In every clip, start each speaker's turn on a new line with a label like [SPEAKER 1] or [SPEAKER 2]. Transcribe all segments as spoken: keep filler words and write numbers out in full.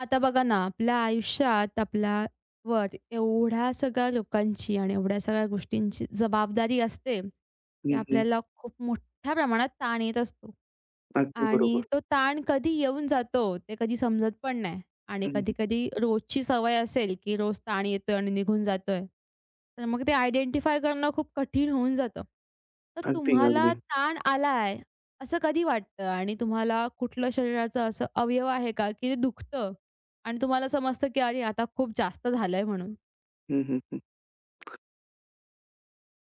[SPEAKER 1] आता बघा ना, आपल्या आयुष्यात आपल्यावर एवढ्या सगळ्या लोकांची आणि एवढ्या सगळ्या गोष्टींची जबाबदारी असते, की
[SPEAKER 2] हं, हं.
[SPEAKER 1] आपल्याला खूप मोठ्या प्रमाणात ताण येत असतो.
[SPEAKER 2] अगदी
[SPEAKER 1] आणि
[SPEAKER 2] बरोबर.
[SPEAKER 1] तो ताण कधी येऊन जातो ते कधी समजत पण नाही. आणि
[SPEAKER 2] हं, हं.
[SPEAKER 1] कधी-कधी रोजची सवय असेल, की रोज ताण येतोय आणि निघून जातोय. तर मग ते आयडेंटिफाय करणं खूप कठीण होऊन जातं. तर
[SPEAKER 2] अगदी,
[SPEAKER 1] तुम्हाला
[SPEAKER 2] अगदी.
[SPEAKER 1] ताण आलाय असं कधी वाटतं? आणि तुम्हाला कुठलं शरीराचं असं अवयव आहे का, की ते दुखतं आणि तुम्हाला समजतं, की अरे आता खूप जास्त झालंय म्हणून.
[SPEAKER 2] हं, हं, हं.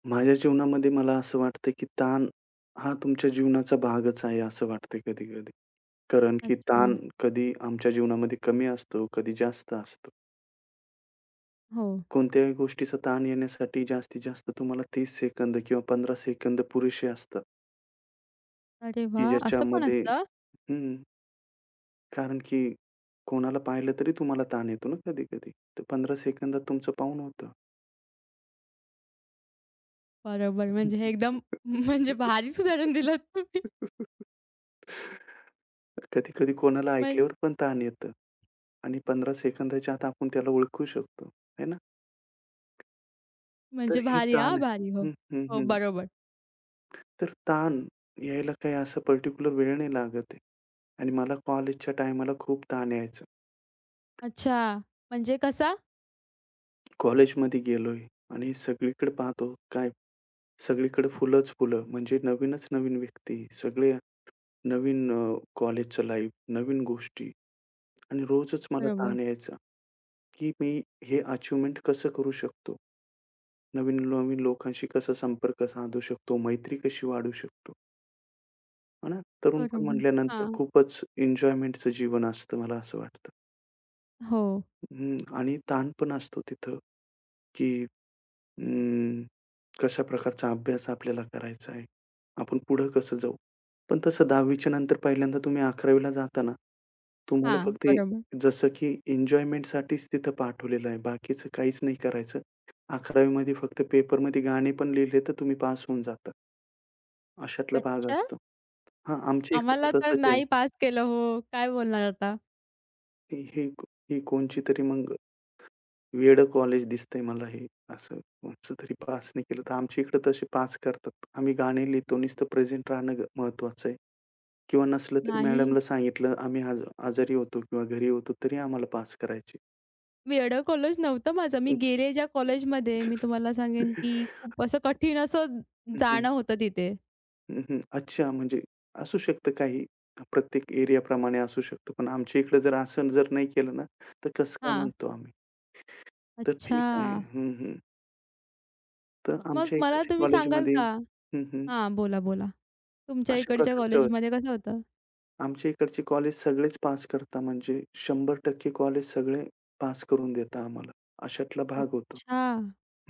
[SPEAKER 2] माझ्या जीवनामध्ये मला असं वाटतं, की ताण हा तुमच्या जीवनाचा भागच आहे असं वाटतं कधी-कधी. कारण की
[SPEAKER 1] अच्छा.
[SPEAKER 2] ताण कधी आमच्या जीवनामध्ये कमी असतो, कधी जास्त असतो.
[SPEAKER 1] हो.
[SPEAKER 2] कोणत्याही गोष्टीचा ताण येण्यासाठी जास्तीत जास्त तुम्हाला तीस सेकंद किंवा पंधरा सेकंद पुरेसे असतात,
[SPEAKER 1] अरे
[SPEAKER 2] की
[SPEAKER 1] वाह! असं पण
[SPEAKER 2] ज्याच्यामध्ये
[SPEAKER 1] असतं?
[SPEAKER 2] हं. कारण की कोणाला पाहिलं तरी तुम्हाला ताण येतो ना कधी-कधी. तर पंधरा सेकंदात तुमचं पाऊण होतं.
[SPEAKER 1] बरोबर. म्हणजे हे एकदम म्हणजे भारीच उदाहरण दिलंत तुम्ही.
[SPEAKER 2] कधी-कधी कोणाला
[SPEAKER 1] म्हण
[SPEAKER 2] ऐकल्यावर पण ताण येतं आणि पंधरा सेकंदाच्या आत आपण त्याला ओळखू शकतो, आहे ना? तर
[SPEAKER 1] म्हणजे
[SPEAKER 2] हे
[SPEAKER 1] भारी
[SPEAKER 2] ताण
[SPEAKER 1] हां,
[SPEAKER 2] आहे.
[SPEAKER 1] भारी. हो.
[SPEAKER 2] हं, हं,
[SPEAKER 1] हो,
[SPEAKER 2] हं.
[SPEAKER 1] बरोबर.
[SPEAKER 2] तर ताण यायला काही असं पर्टिक्युलर वेळ नाही लागत आहे आणि मला कॉलेजच्या टायमाला खूप ताण यायचा.
[SPEAKER 1] अच्छा. म्हणजे कसा?
[SPEAKER 2] कॉलेजमध्ये गेलोय आणि सगळीकडे पाहतो काय सगळीकडे फुलंच फुलं म्हणजे नवीनच नवीन व्यक्ती, सगळे नवीन अ, कॉलेजचं लाईफ, नवीन गोष्टी आणि रोजच मला
[SPEAKER 1] बरोबर.
[SPEAKER 2] ताण यायचा, की मी हे अचीव्हमेंट कसं करू शकतो? नवीन-नवीन लोकांशी कसा संपर्क साधू शकतो, मैत्री कशी वाढवू शकतो, है ना? तरुणपण
[SPEAKER 1] बरोबर.
[SPEAKER 2] म्हटल्यानंतर
[SPEAKER 1] हां.
[SPEAKER 2] खूपच एन्जॉयमेंटचं जीवन असतं मला असं वाटतं.
[SPEAKER 1] हो.
[SPEAKER 2] हं आणि ताण पण असतो तिथं, की अं, कशा प्रकारचा अभ्यास आपल्याला करायचा आहे, आपण पुढं कसं जाऊ? पण तसं दहावी नंतर पहिल्यांदा तुम्ही अकरावी ला तुम्हाला
[SPEAKER 1] हां,
[SPEAKER 2] फक्त ए-
[SPEAKER 1] बरोबर.
[SPEAKER 2] जसं की एन्जॉयमेंटसाठीच तिथं पाठवलेलं आहे. बाकीचं काहीच नाही करायचं. 11वी फक्त पेपरमध्ये गाणे पण लिहिले तर तुम्ही पास होऊन जाता. अशातला भाग
[SPEAKER 1] अच्छा.
[SPEAKER 2] असतो. हां, आमच्या इकडे
[SPEAKER 1] आम्हाला
[SPEAKER 2] तर
[SPEAKER 1] तर
[SPEAKER 2] तसंच आहे.
[SPEAKER 1] नाही पास केलं हो. काय बोलणार आता?
[SPEAKER 2] ही ही ही कोणची तरी मग वेड़ कॉलेज दिसतंय मला हे असं कोणचं तरी पास नाही केलं तर आमच्या इकडे तसे पास करतात. आम्ही गाणे लिहितो नुसतं प्रेझेंट राहणं ग महत्वाचं आहे किंवा नसलं तरी
[SPEAKER 1] नाही.
[SPEAKER 2] मॅडमला सांगितलं आम्ही आज आजारी होतो किंवा घरी होतो तरी आम्हाला पास करायचे.
[SPEAKER 1] वेडं कॉलेज नव्हतं माझं. मी
[SPEAKER 2] हं,
[SPEAKER 1] गेले ज्या कॉलेजमध्ये मी तुम्हाला सांगेन, की खूप असं कठीण असं
[SPEAKER 2] हं,
[SPEAKER 1] जाणं होतं तिथे.
[SPEAKER 2] अच्छा म्हणजे असू शकतं काही प्रत्येक एरियाप्रमाणे असू शकतं. पण आमच्या इकडे जर असं जर नाही केलं ना, तर कसं काय
[SPEAKER 1] हां.
[SPEAKER 2] म्हणतो आम्ही? तर
[SPEAKER 1] अच्छा.
[SPEAKER 2] ठीक आहे. हं, हं. तर
[SPEAKER 1] मग
[SPEAKER 2] आमच्या
[SPEAKER 1] मला
[SPEAKER 2] इकडच्या
[SPEAKER 1] तुम्ही सांगाल
[SPEAKER 2] कॉलेजमध्ये
[SPEAKER 1] का?
[SPEAKER 2] हं, हं.
[SPEAKER 1] हां, बोला, बोला. तुमच्या
[SPEAKER 2] अशा
[SPEAKER 1] इकडच्या
[SPEAKER 2] प्रकारचंच.
[SPEAKER 1] कॉलेजमध्ये कसं होतं?
[SPEAKER 2] आमच्या इकडचे कॉलेज सगळेच पास करता म्हणजे शंभर टक्के कॉलेज सगळे पास करून देता आम्हाला. अशातला भाग होता.
[SPEAKER 1] अच्छा.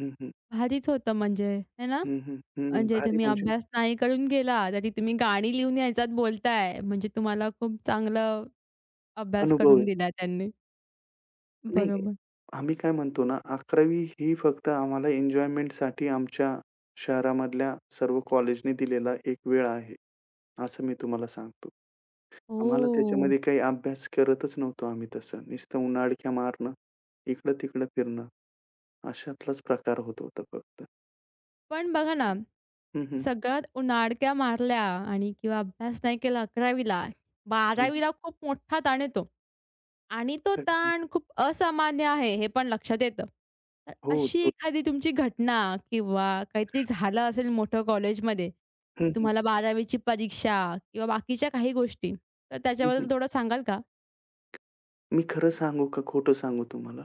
[SPEAKER 2] हं, हं.
[SPEAKER 1] भारीच होतं म्हणजे, है ना?
[SPEAKER 2] हं, हं. हं.
[SPEAKER 1] म्हणजे
[SPEAKER 2] भारी
[SPEAKER 1] तुम्ही
[SPEAKER 2] म्हणजे
[SPEAKER 1] अभ्यास नाही करून गेला, तरी तुम्ही गाणी लिहून यायच्यात बोलताय. म्हणजे तुम्हाला खूप चांगलं अभ्यास
[SPEAKER 2] अनुभव
[SPEAKER 1] करून
[SPEAKER 2] आहे.
[SPEAKER 1] दिला त्यांनी.
[SPEAKER 2] नाही,
[SPEAKER 1] बरोबर.
[SPEAKER 2] आम्ही काय म्हणतो ना, अकरावी ही फक्त आम्हाला एन्जॉयमेंटसाठी आमच्या शहरामधल्या सर्व कॉलेजने दिलेला एक वेळ आहे, असं मी तुम्हाला सांगतो. आम्हाला
[SPEAKER 1] ओह!
[SPEAKER 2] त्याच्यामध्ये काही अभ्यास करतच नव्हतो आम्ही तसं. नुसतं उन्हाडक्या मारणं, इकडं-तिकडं फिरणं अशातलाच प्रकार होत होता फक्त.
[SPEAKER 1] पण बघा ना,
[SPEAKER 2] हं, हं.
[SPEAKER 1] सगळ्यात उनाडक्या मारल्या आणि किंवा अभ्यास नाही केला अकरावीला,
[SPEAKER 2] हं,
[SPEAKER 1] बारावीला खूप मोठा ताण येतो आणि तो
[SPEAKER 2] हं.
[SPEAKER 1] ताण खूप असामान्य आहे हे पण लक्षात येतं. तर
[SPEAKER 2] हो,
[SPEAKER 1] अशी
[SPEAKER 2] तो
[SPEAKER 1] एखादी तुमची घटना किंवा काहीतरी झालं असेल मोठं कॉलेजमध्ये,
[SPEAKER 2] हं,
[SPEAKER 1] की
[SPEAKER 2] हं.
[SPEAKER 1] तुम्हाला बारावीची परीक्षा किंवा बाकीच्या काही गोष्टी, तर
[SPEAKER 2] हं,
[SPEAKER 1] त्याच्याबद्दल
[SPEAKER 2] हं.
[SPEAKER 1] थोडं सांगाल का?
[SPEAKER 2] मी खरं सांगू का खोटं सांगू तुम्हाला?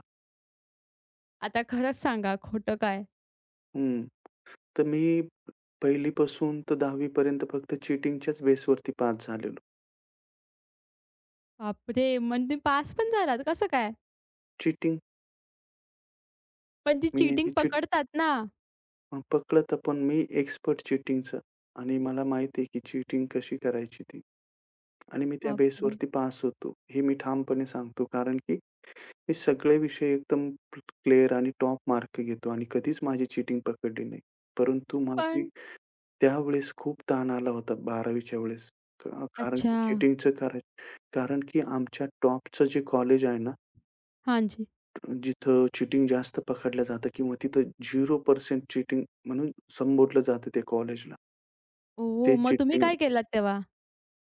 [SPEAKER 1] आता खरंच सांगा, खोटं काय?
[SPEAKER 2] हं. तर मी पहिली पासून तर दहावी पर्यंत फक्त चीटिंगच्याच बेसवरती पास झालेलो.
[SPEAKER 1] बापरे! म्हणजे तुम्ही पास पण झालात कसं काय?
[SPEAKER 2] चीटिंग
[SPEAKER 1] पण ती
[SPEAKER 2] मी
[SPEAKER 1] चीटिंग
[SPEAKER 2] नेहमी चीट
[SPEAKER 1] पकडतात ना?
[SPEAKER 2] अ, पकडलं पण मी एक्सपर्ट चीटिंगचा आणि मला माहिती आहे की चीटिंग कशी करायची ती आणि मी त्या
[SPEAKER 1] बापरे!
[SPEAKER 2] बेसवरती पास होतो. हे मी ठामपणे सांगतो कारण की हे सगळे विषय एकदम क्लिअर आणि टॉप मार्क घेतो आणि कधीच माझी चीटिंग पकडली नाही. परंतु माझी
[SPEAKER 1] पण
[SPEAKER 2] त्यावेळेस खूप ताण आला होता बारावीच्या वेळेस. का कारण की
[SPEAKER 1] अच्छा.
[SPEAKER 2] चीटिंगचं कारण कारण की आमच्या टॉपचं जे कॉलेज आहे ना,
[SPEAKER 1] हां जी.
[SPEAKER 2] जिथं चीटिंग जास्त पकडलं जातं किंवा तिथं झिरो टक्के चीटिंग म्हणून संबोधलं जातं ते कॉलेजला. ते
[SPEAKER 1] ओह! मग तुम्ही
[SPEAKER 2] चीटिंग
[SPEAKER 1] काय केलात तेव्हा?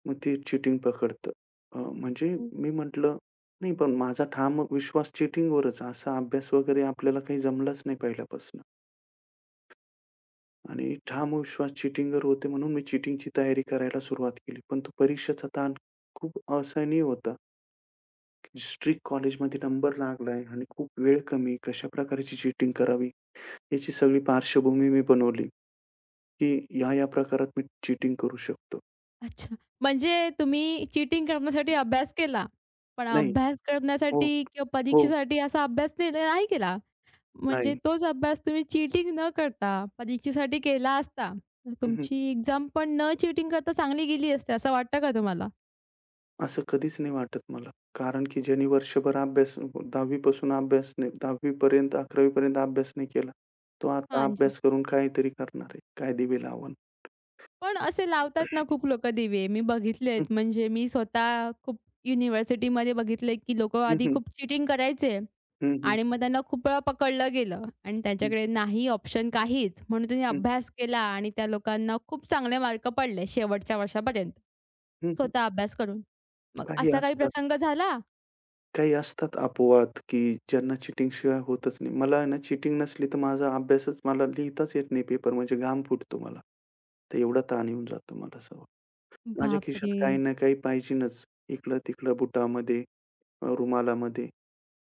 [SPEAKER 2] मग ते चीटिंग पकडतं. अ, म्हणजे
[SPEAKER 1] हं.
[SPEAKER 2] मी म्हटलं, "नाही, पण माझा ठाम विश्वास चीटिंगवरच." असा अभ्यास वगैरे आपल्याला काही जमलाच नाही पहिल्यापासून. आणि ठाम विश्वास चिटिंगर होते म्हणून मी चिटिंगची तयारी करायला सुरुवात केली. पण तो परीक्षेचा ताण खूप असहनीय होता. स्ट्रिक्ट कॉलेजमध्ये नंबर लागलाय आणि खूप वेळ कमी. कशा प्रकारची चिटिंग करावी? याची सगळी पार्श्वभूमी मी बनवली, की ह्या-ह्या प्रकारात मी चिटिंग करू शकतो.
[SPEAKER 1] अच्छा. म्हणजे तुम्ही चीटिंग करण्यासाठी अभ्यास केला. पण
[SPEAKER 2] नाही.
[SPEAKER 1] अभ्यास
[SPEAKER 2] हो,
[SPEAKER 1] करण्यासाठी किंवा
[SPEAKER 2] हो.
[SPEAKER 1] परीक्षेसाठी असा अभ्यास नाही नाही केला. म्हणजे
[SPEAKER 2] नाही.
[SPEAKER 1] तोच अभ्यास तुम्ही चीटिंग न करता परीक्षेसाठी केला असता, तर
[SPEAKER 2] हं,
[SPEAKER 1] तुमची एक्झाम पण न चीटिंग करता चांगली गेली असती, असं वाटतं का तुम्हाला?
[SPEAKER 2] असं कधीच नाही वाटत मला. कारण की ज्यांनी वर्षभर अभ्यास 10वी पासून अभ्यास नाही दहावी पर्यंत अकरावी पर्यंत अभ्यास नाही केला. तो आता
[SPEAKER 1] हां जी.
[SPEAKER 2] अभ्यास करून काहीतरी करणार आहे. काय दिवे लावून.
[SPEAKER 1] पण असे लावतात ना खूप लोकं दिवे. मी बघितलेत म्हणजे मी स्वतः खूप युनिव्हर्सिटीमध्ये बघितलंय, की लोकं
[SPEAKER 2] हं,
[SPEAKER 1] आधी
[SPEAKER 2] हं.
[SPEAKER 1] खूप चीटिंग करायचे
[SPEAKER 2] हं, हं.
[SPEAKER 1] आणि मग त्यांना खूप वेळा पकडलं गेलं आणि
[SPEAKER 2] हं,
[SPEAKER 1] त्यांच्याकडे नाही ऑप्शन काहीच. म्हणून त्यांनी
[SPEAKER 2] हं.
[SPEAKER 1] अभ्यास केला आणि त्या लोकांना खूप चांगले मार्क पडले शेवटच्या वर्षापर्यंत.
[SPEAKER 2] हं, हं.
[SPEAKER 1] स्वतः अभ्यास करून. मग
[SPEAKER 2] काही
[SPEAKER 1] असा काही
[SPEAKER 2] असतात
[SPEAKER 1] प्रसंग झाला?
[SPEAKER 2] काही असतात अपवाद, की ज्यांना चीटिंगशिवाय होतच नाही. मला आहे ना चीटिंग नसली तर माझा अभ्यासच मला लिहिताच येत नाही पेपर म्हणजे घाम फुटतो मला. तर एवढा ताण येऊन जातो मला सवय. माझ्या खिशात
[SPEAKER 1] बापरे!
[SPEAKER 2] काही ना काही पाहिजेनच. इकडं-तिकडं बुटामध्ये, अ, रुमालामध्ये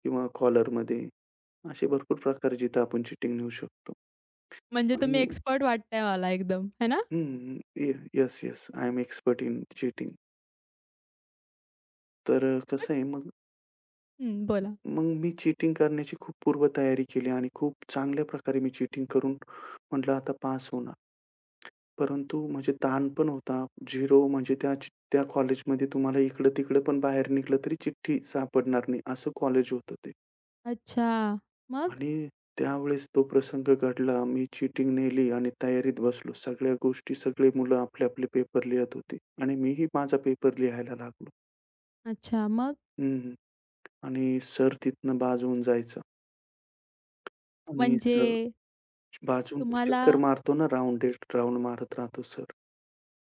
[SPEAKER 2] किंवा कॉलरमध्ये असे भरपूर प्रकार जिथं आपण चीटिंग नेऊ शकतो.
[SPEAKER 1] म्हणजे तुम्ही
[SPEAKER 2] आणि
[SPEAKER 1] एक्सपर्ट वाटताय मला एकदम, है ना?
[SPEAKER 2] हं, हं. ये yes, yes. I am expert in cheating. तर अ, कसं आहे मग
[SPEAKER 1] हं, बोला.
[SPEAKER 2] मग मी चीटिंग करण्याची खूप पूर्वतयारी केली आणि खूप चांगल्या प्रकारे मी चीटिंग करून म्हटलं, "आता पास होणार." परंतु म्हणजे ताण पण होता. झिरो म्हणजे त्या त्या कॉलेजमध्ये तुम्हाला इकडं-तिकडं पण बाहेर निघालं तरी चिठ्ठी सापडणार नाही, असं कॉलेज होतं ते.
[SPEAKER 1] अच्छा. मग?
[SPEAKER 2] आणि त्यावेळेस तो प्रसंग घडला. मी चीटिंग नेली आणि तयारीत बसलो. सगळ्या गोष्टी, सगळे मुलं आपले-आपले पेपर लिहत होते आणि मीही माझा पेपर लिहायला लागलो.
[SPEAKER 1] अच्छा, मग?
[SPEAKER 2] हं, हं. आणि सर तिथनं बाद होऊन जायचा आणि
[SPEAKER 1] म्हणजे
[SPEAKER 2] सर बाजून
[SPEAKER 1] तुम्हाला
[SPEAKER 2] चक्कर मारतो ना, राउंड राउंड मारत राहतो सर.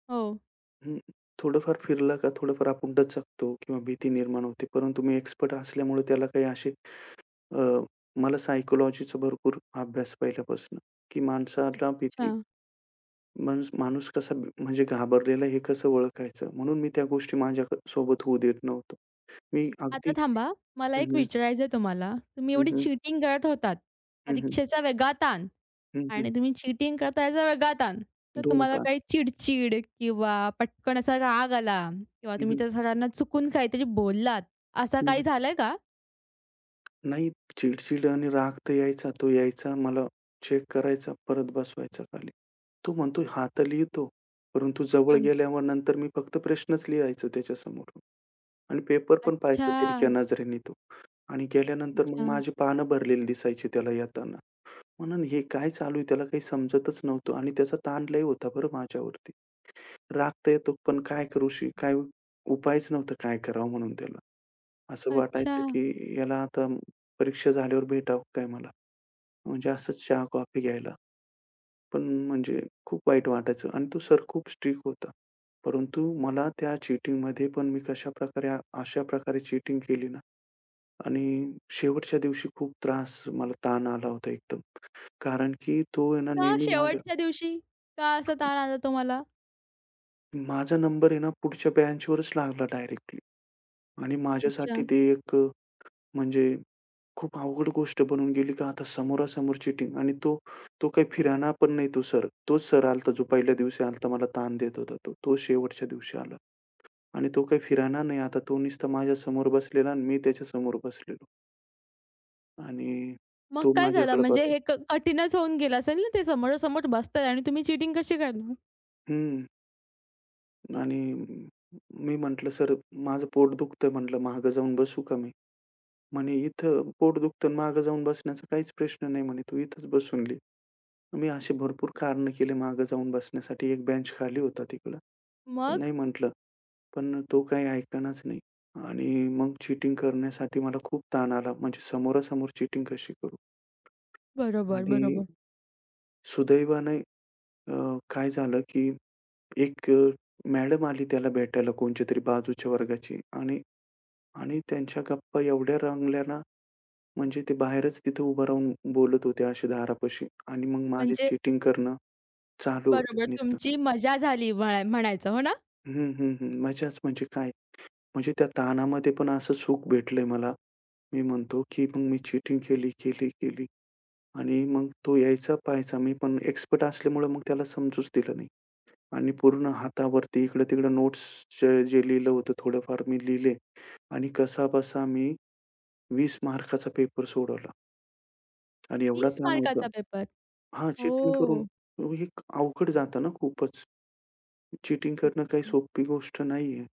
[SPEAKER 1] हो,
[SPEAKER 2] हं. थोडंफार फिरला का थोडंफार आपण दचकतो किंवा भीती निर्माण होते. परंतु मी एक्सपर्ट असल्यामुळे त्याला काही असे अ, मला सायकॉलॉजीचा भरपूर अभ्यास पहिल्यापासून, की माणसाला भीती
[SPEAKER 1] अच्छा.
[SPEAKER 2] माणूस माणूस कसा बी- म्हणजे घाबरलेला हे कसं ओळखायचं. म्हणून मी त्या गोष्टी माझ्या क- सोबत होऊ देत नव्हतो. मी
[SPEAKER 1] आता
[SPEAKER 2] अगदी
[SPEAKER 1] थांबा, मला
[SPEAKER 2] हं,
[SPEAKER 1] एक
[SPEAKER 2] हं.
[SPEAKER 1] विचारायचं आहे तुम्हाला. तुम्ही
[SPEAKER 2] हं,
[SPEAKER 1] एवढी
[SPEAKER 2] हं.
[SPEAKER 1] चीटिंग करत होतात.
[SPEAKER 2] हं, हं.
[SPEAKER 1] परीक्षेचा वेगळा ताण
[SPEAKER 2] हं, हं.
[SPEAKER 1] आणि तुम्ही चीटिंग करता याचा वेगळा ताण. तर तुम्हाला काही
[SPEAKER 2] तास.
[SPEAKER 1] चिड किंवा पटकन असा राग आला किंवा तुम्ही त्या सरांना चुकून काहीतरी बोललात, असं काही झालंय का?
[SPEAKER 2] नाही, चिड-चिड आणि राग तर यायचा. तो यायचा, मला चेक करायचा, परत बसवायचा खाली. तो म्हणतो हात लिहितो, परंतु जवळ
[SPEAKER 1] अन
[SPEAKER 2] गेल्यावर नंतर मी फक्त प्रश्नच लिहायचो त्याच्यासमोर आणि पेपर पण पाहायचा
[SPEAKER 1] अच्छा,
[SPEAKER 2] तिरक्या नजरेने तो आणि गेल्यानंतर मग
[SPEAKER 1] अच्छा,
[SPEAKER 2] माझी पानं भरलेली दिसायची त्याला येताना. म्हणून हे काय चालू आहे त्याला काही समजतच नव्हतं आणि त्याचा ताण लय होता बरं माझ्यावरती. राग तर येतो, पण काय करू शी काय उपायच नव्हता काय करावं म्हणून त्याला. असं
[SPEAKER 1] अच्छा.
[SPEAKER 2] वाटायचं की याला आता परीक्षा झाल्यावर भेटावं काय मला? म्हणजे असंच चहा, कॉफी घ्यायला. पण म्हणजे खूप वाईट वाटायचं आणि तो सर खूप स्ट्रिक्ट होता. परंतु मला त्या चीटिंगमध्ये पण मी कशाप्रकारे अशा प्रकारे चीटिंग केली ना आणि शेवटच्या दिवशी खूप त्रास मला ताण आला होता एकदम. कारण की तो आहे ना
[SPEAKER 1] का
[SPEAKER 2] नेहमी माझ्या
[SPEAKER 1] शेवटच्या दिवशी? का असा ताण आला तुम्हाला?
[SPEAKER 2] माझा नंबर आहे ना पुढच्या बेंचवरच लागला डायरेक्टली आणि
[SPEAKER 1] अच्छा.
[SPEAKER 2] माझ्यासाठी ते एक म्हणजे खूप अवघड गोष्ट बनून गेली का आता समोरासमोर चीटिंग आणि तो, तो काही फिराणा पण नाही तो सर. तोच सर आला जो पहिल्या दिवशी आला मला ताण देत होता तो. तो शेवटच्या दिवशी आला आणि तो काही फिराणा नाही आता तो नुसता माझ्यासमोर बसलेला आणि मी त्याच्यासमोर बसलेलो आणि
[SPEAKER 1] मग
[SPEAKER 2] तो
[SPEAKER 1] काय झालं?
[SPEAKER 2] माझ्याकडे
[SPEAKER 1] म्हणजे
[SPEAKER 2] पाहतो
[SPEAKER 1] हे क कठीणच होऊन गेलं असेल ना, ते समोरासमोर बसताय आणि तुम्ही चीटिंग कशी करणार?
[SPEAKER 2] हं आणि मी म्हटलं, "सर माझं पोट दुखतंय" म्हटलं, "मागं जाऊन बसू का मी?" म्हणे, "इथं पोट दुखतं मागं जाऊन बसण्याचा काहीच प्रश्न नाही" म्हणे, "तू इथंच बसून घे." मी अशी भरपूर कारणं केली मागे जाऊन बसण्यासाठी. एक बेंच खाली होता तिकडं. पण
[SPEAKER 1] मग?
[SPEAKER 2] नाही म्हटलं, पण तो काही ऐकेनाच नाही. आणि मग चीटिंग करण्यासाठी मला खूप ताण आला. म्हणजे समोरासमोर चीटिंग कशी करू?
[SPEAKER 1] बरोबर,
[SPEAKER 2] आणि
[SPEAKER 1] बरोबर.
[SPEAKER 2] सुदैवाने अ, काय झालं, की एक अ, मॅडम आली त्याला भेटायला कोणच्यातरी बाजूच्या वर्गाची आणि आणि त्यांच्या गप्पा एवढ्या रंगल्या ना, म्हणजे ते बाहेरच तिथे उभं राहून बोलत होते असे दारापाशी आणि मग माझी
[SPEAKER 1] म्हणजे
[SPEAKER 2] चीटिंग करणं चालू
[SPEAKER 1] बरोबर,
[SPEAKER 2] होतं नुसतं.
[SPEAKER 1] तुमची मजा झाली म्हणा म्हणायचं, हो ना?
[SPEAKER 2] हं, हं, हं. मजाच म्हणजे काय? म्हणजे त्या ताणामध्ये पण असं सुख भेटलंय मला. मी म्हणतो, की मग मी चीटिंग केली, केली, केली आणि मग तो यायचा, पाहायचा. मी पण एक्सपर्ट असल्यामुळे मग त्याला समजूच दिलं नाही आणि पूर्ण हातावरती इकडं-तिकडं नोट्सचं जे लिहिलं होतं थोडंफार मी लिहिले आणि कसाबसा मी वीस मार्काचा पेपर सोडवला आणि एवढा
[SPEAKER 1] तीस
[SPEAKER 2] ताण होता
[SPEAKER 1] मार्काचा पेपर.
[SPEAKER 2] हां, चीटिंग करून
[SPEAKER 1] ओह!
[SPEAKER 2] हे अवघड जातं ना खूपच. चीटिंग करणं काही सोपी गोष्ट नाहीये.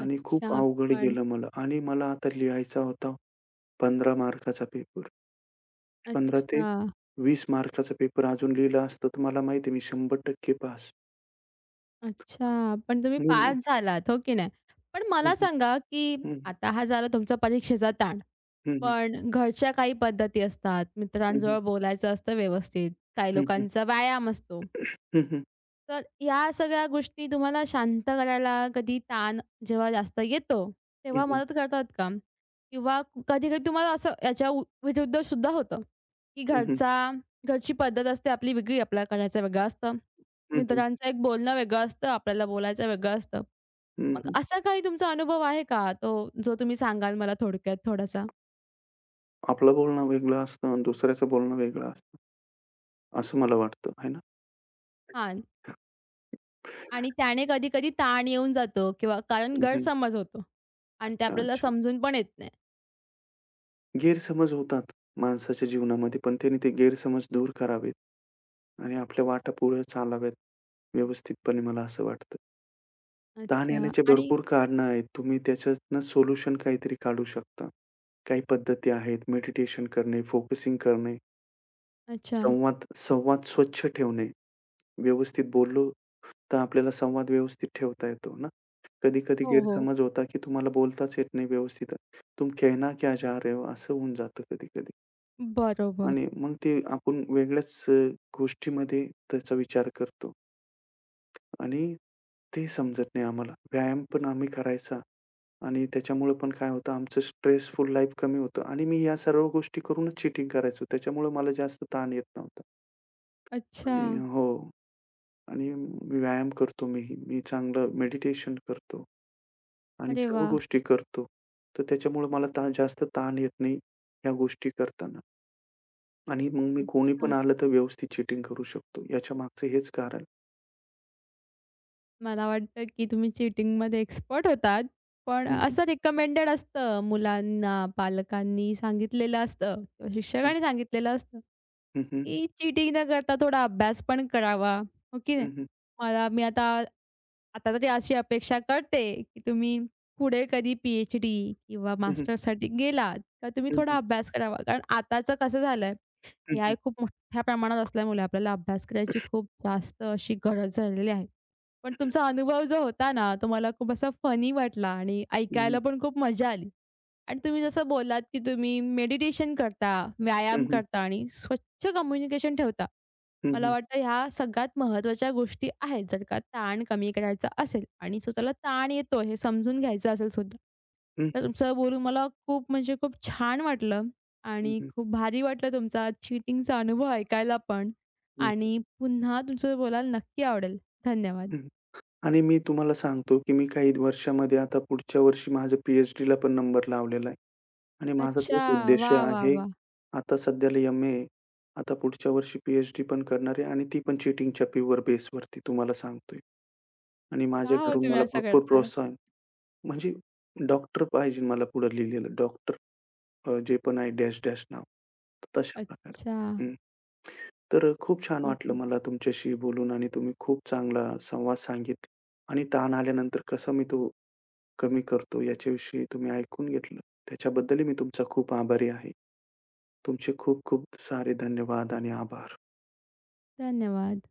[SPEAKER 2] आणि
[SPEAKER 1] अच्छा,
[SPEAKER 2] खूप
[SPEAKER 1] अच्छा.
[SPEAKER 2] अवघड
[SPEAKER 1] पण
[SPEAKER 2] गेलं मला आणि मला आता लिहायचा होता पंधरा मार्काचा पेपर. पंधरा ते
[SPEAKER 1] अच्छा,
[SPEAKER 2] वीस मार्काचा पेपर अजून लिहिला असता तर मला माहिती आहे मी शंभर टक्के पास.
[SPEAKER 1] अच्छा. पण तुम्ही
[SPEAKER 2] मी मग
[SPEAKER 1] पास झालात, हो की नाही? पण
[SPEAKER 2] हं,
[SPEAKER 1] मला
[SPEAKER 2] हं,
[SPEAKER 1] सांगा, की
[SPEAKER 2] हं,
[SPEAKER 1] आता हा झाला तुमचा परीक्षेचा ताण.
[SPEAKER 2] हं, हं, हं,
[SPEAKER 1] पण घरच्या काही पद्धती असतात,
[SPEAKER 2] हं, हं, हं,
[SPEAKER 1] मित्रांजवळ बोलायचं असतं व्यवस्थित, काही
[SPEAKER 2] हं,
[SPEAKER 1] लोकांचा व्यायाम असतो.
[SPEAKER 2] हं, हं,
[SPEAKER 1] तर या सगळ्या गोष्टी तुम्हाला शांत करायला कधी ताण जेव्हा जास्त येतो,
[SPEAKER 2] हं,
[SPEAKER 1] तेव्हा
[SPEAKER 2] हं,
[SPEAKER 1] मदत करतात का? किंवा कधी-कधी तुम्हाला असं याच्या उ विरुद्ध सुद्धा होतं, की
[SPEAKER 2] हं, हं,
[SPEAKER 1] घरचा घरची पद्धत असते आपली वेगळी, आपल्याला करायचं वेगळं असतं.
[SPEAKER 2] हं,
[SPEAKER 1] मित्रांचं एक बोलणं वेगळं असतं, आपल्याला बोलायचं वेगळं असतं. मग असा काही तुमचा अनुभव आहे का, तो जो तुम्ही सांगाल मला थोडक्यात थोडासा?
[SPEAKER 2] आपलं बोलणं वेगळं असतं आणि दुसऱ्याचं बोलणं वेगळं असतं असं मला वाटतं, है ना?
[SPEAKER 1] हां. आणि त्याने कधी-कधी ताण येऊन जातो किंवा कारण
[SPEAKER 2] हं, हं.
[SPEAKER 1] गैरसमज होतो आणि ते
[SPEAKER 2] अच्छा,
[SPEAKER 1] आपल्याला
[SPEAKER 2] अच्छा.
[SPEAKER 1] समजून पण येत नाही.
[SPEAKER 2] गैरसमज होतात माणसाच्या जीवनामध्ये पण त्याने ते गैरसमज दूर करावेत. आणि आपल्या वाटा पुढे चालाव्यात व्यवस्थितपणे मला असं वाटतं. ताण
[SPEAKER 1] अच्छा.
[SPEAKER 2] येण्याचे
[SPEAKER 1] आणि
[SPEAKER 2] भरपूर कारणं आहेत. तुम्ही त्याच्यातनं सोल्युशन काहीतरी काढू शकता. काही पद्धती आहेत. मेडिटेशन करणे, फोकसिंग करणे,
[SPEAKER 1] अच्छा.
[SPEAKER 2] संवाद संवाद स्वच्छ ठेवणे. व्यवस्थित बोललो तर आपल्याला संवाद व्यवस्थित ठेवता येतो ना. कधी-कधी
[SPEAKER 1] हो, हो.
[SPEAKER 2] गैरसमज होता, की तुम्हाला बोलताच येत नाही व्यवस्थित. "तुम कहना क्या चाह रहे हो?" असं होऊन जातं कधी-कधी.
[SPEAKER 1] बरोबर.
[SPEAKER 2] आणि मग ते आपण वेगळ्याच अ, गोष्टीमध्ये त्याचा विचार करतो. आणि ते समजत नाही आम्हाला. व्यायाम पण आम्ही करायचा आणि त्याच्यामुळं पण काय होतं आमचं स्ट्रेसफुल लाईफ कमी होतं आणि मी या सर्व गोष्टी करूनच चीटिंग करायचो. त्याच्यामुळं मला जास्त ताण येत नव्हता.
[SPEAKER 1] अच्छा.
[SPEAKER 2] आणि हो. आणि मी व्यायाम करतो मीही. मी चांगलं मेडिटेशन करतो आणि
[SPEAKER 1] अरे
[SPEAKER 2] सर्व
[SPEAKER 1] वाह!
[SPEAKER 2] गोष्टी करतो. तर त्याच्यामुळं मला ताण जास्त ताण येत नाही ह्या गोष्टी करताना. आणि मग मी कोणी
[SPEAKER 1] अच्छा.
[SPEAKER 2] पण आलं तर व्यवस्थित चीटिंग करू शकतो. याच्यामागचं हेच कारण.
[SPEAKER 1] मला वाटतं की तुम्ही चीटिंगमध्ये एक्सपर्ट होतात. पण असं रिकमेंडेड असतं मुलांना, पालकांनी सांगितलेलं असतं किंवा
[SPEAKER 2] हं,
[SPEAKER 1] शिक्षकांनी सांगितलेलं असतं,
[SPEAKER 2] हं.
[SPEAKER 1] की चीटिंग न करता थोडा अभ्यास पण करावा. हो की नाही?
[SPEAKER 2] हं, हं.
[SPEAKER 1] मला मी आता आता तरी अशी अपेक्षा कळते, की तुम्ही पुढे कधी पी-एच-डी किंवा
[SPEAKER 2] हं, हं.
[SPEAKER 1] मास्टर्ससाठी गेलात, तर तुम्ही
[SPEAKER 2] हं,
[SPEAKER 1] थोडा
[SPEAKER 2] हं.
[SPEAKER 1] अभ्यास करावा. कारण आताचं कसं झालंय,
[SPEAKER 2] हं,
[SPEAKER 1] एआय
[SPEAKER 2] हं.
[SPEAKER 1] खूप मोठ्या प्रमाणात असल्यामुळे आपल्याला अभ्यास करायची खूप जास्त अशी गरज झालेली आहे. पण
[SPEAKER 2] हं, हं.
[SPEAKER 1] तुमचा अनुभव जो होता ना, तो मला खूप असा फनी वाटला आणि
[SPEAKER 2] हं,
[SPEAKER 1] ऐकायला पण खूप मजा आली. आणि तुम्ही जसं बोललात, की तुम्ही मेडिटेशन करता,
[SPEAKER 2] हं,
[SPEAKER 1] व्यायाम
[SPEAKER 2] हं.
[SPEAKER 1] करता आणि स्वच्छ कम्युनिकेशन ठेवता.
[SPEAKER 2] हं,
[SPEAKER 1] मला
[SPEAKER 2] हं.
[SPEAKER 1] वाटतं ह्या सगळ्यात महत्त्वाच्या गोष्टी आहेत, जर का ताण कमी करायचा असेल आणि स्वतःला ताण येतो हे समजून घ्यायचं असेल सुद्धा.
[SPEAKER 2] हं,
[SPEAKER 1] तर
[SPEAKER 2] हं.
[SPEAKER 1] तुमचं बोलून मला खूप म्हणजे खूप छान वाटलं
[SPEAKER 2] हं,
[SPEAKER 1] आणि
[SPEAKER 2] हं.
[SPEAKER 1] खूप भारी वाटलं, तुमचा चीटिंगचा अनुभव ऐकायला पण,
[SPEAKER 2] हं,
[SPEAKER 1] आणि पुन्हा तुमचं बोलायला नक्की आवडेल. धन्यवाद.
[SPEAKER 2] आणि मी तुम्हाला सांगतो, की मी काही वर्षामध्ये आता पुढच्या वर्षी माझं पी-एच-डीला पण नंबर लावलेला आहे आणि माझा
[SPEAKER 1] अच्छा.
[SPEAKER 2] तोच उद्देश
[SPEAKER 1] वाह, वाह,
[SPEAKER 2] आहे.
[SPEAKER 1] वाह!
[SPEAKER 2] आता सध्याला एम-ए आता पुढच्या वर्षी पी-एच-डी पण करणार आहे आणि ती पण चीटिंगच्या प्युअर बेसवरती तुम्हाला सांगतोय आणि
[SPEAKER 1] का
[SPEAKER 2] माझ्या
[SPEAKER 1] हो
[SPEAKER 2] घरून
[SPEAKER 1] तुम्ही
[SPEAKER 2] मला
[SPEAKER 1] असं
[SPEAKER 2] भरपूर
[SPEAKER 1] करताय?
[SPEAKER 2] प्रोत्साहन म्हणजे डॉक्टर पाहिजे मला पुढे लिहिलेलं. डॉक्टर जे पण आहे डॅश-डॅश नाव. तर तशा
[SPEAKER 1] अच्छा.
[SPEAKER 2] प्रकारे. तर अ, खूप छान
[SPEAKER 1] ठीक
[SPEAKER 2] वाटलं
[SPEAKER 1] आहे.
[SPEAKER 2] मला तुमच्याशी बोलून आणि तुम्ही खूप चांगला संवाद सांगितला आणि ताण आल्यानंतर कसा मी तो कमी करतो याच्याविषयी तुम्ही ऐकून घेतलं. त्याच्याबद्दलही मी तुमचा खूप आभारी आहे. तुमचे खूप खूप सारे धन्यवाद आणि आभार.
[SPEAKER 1] धन्यवाद.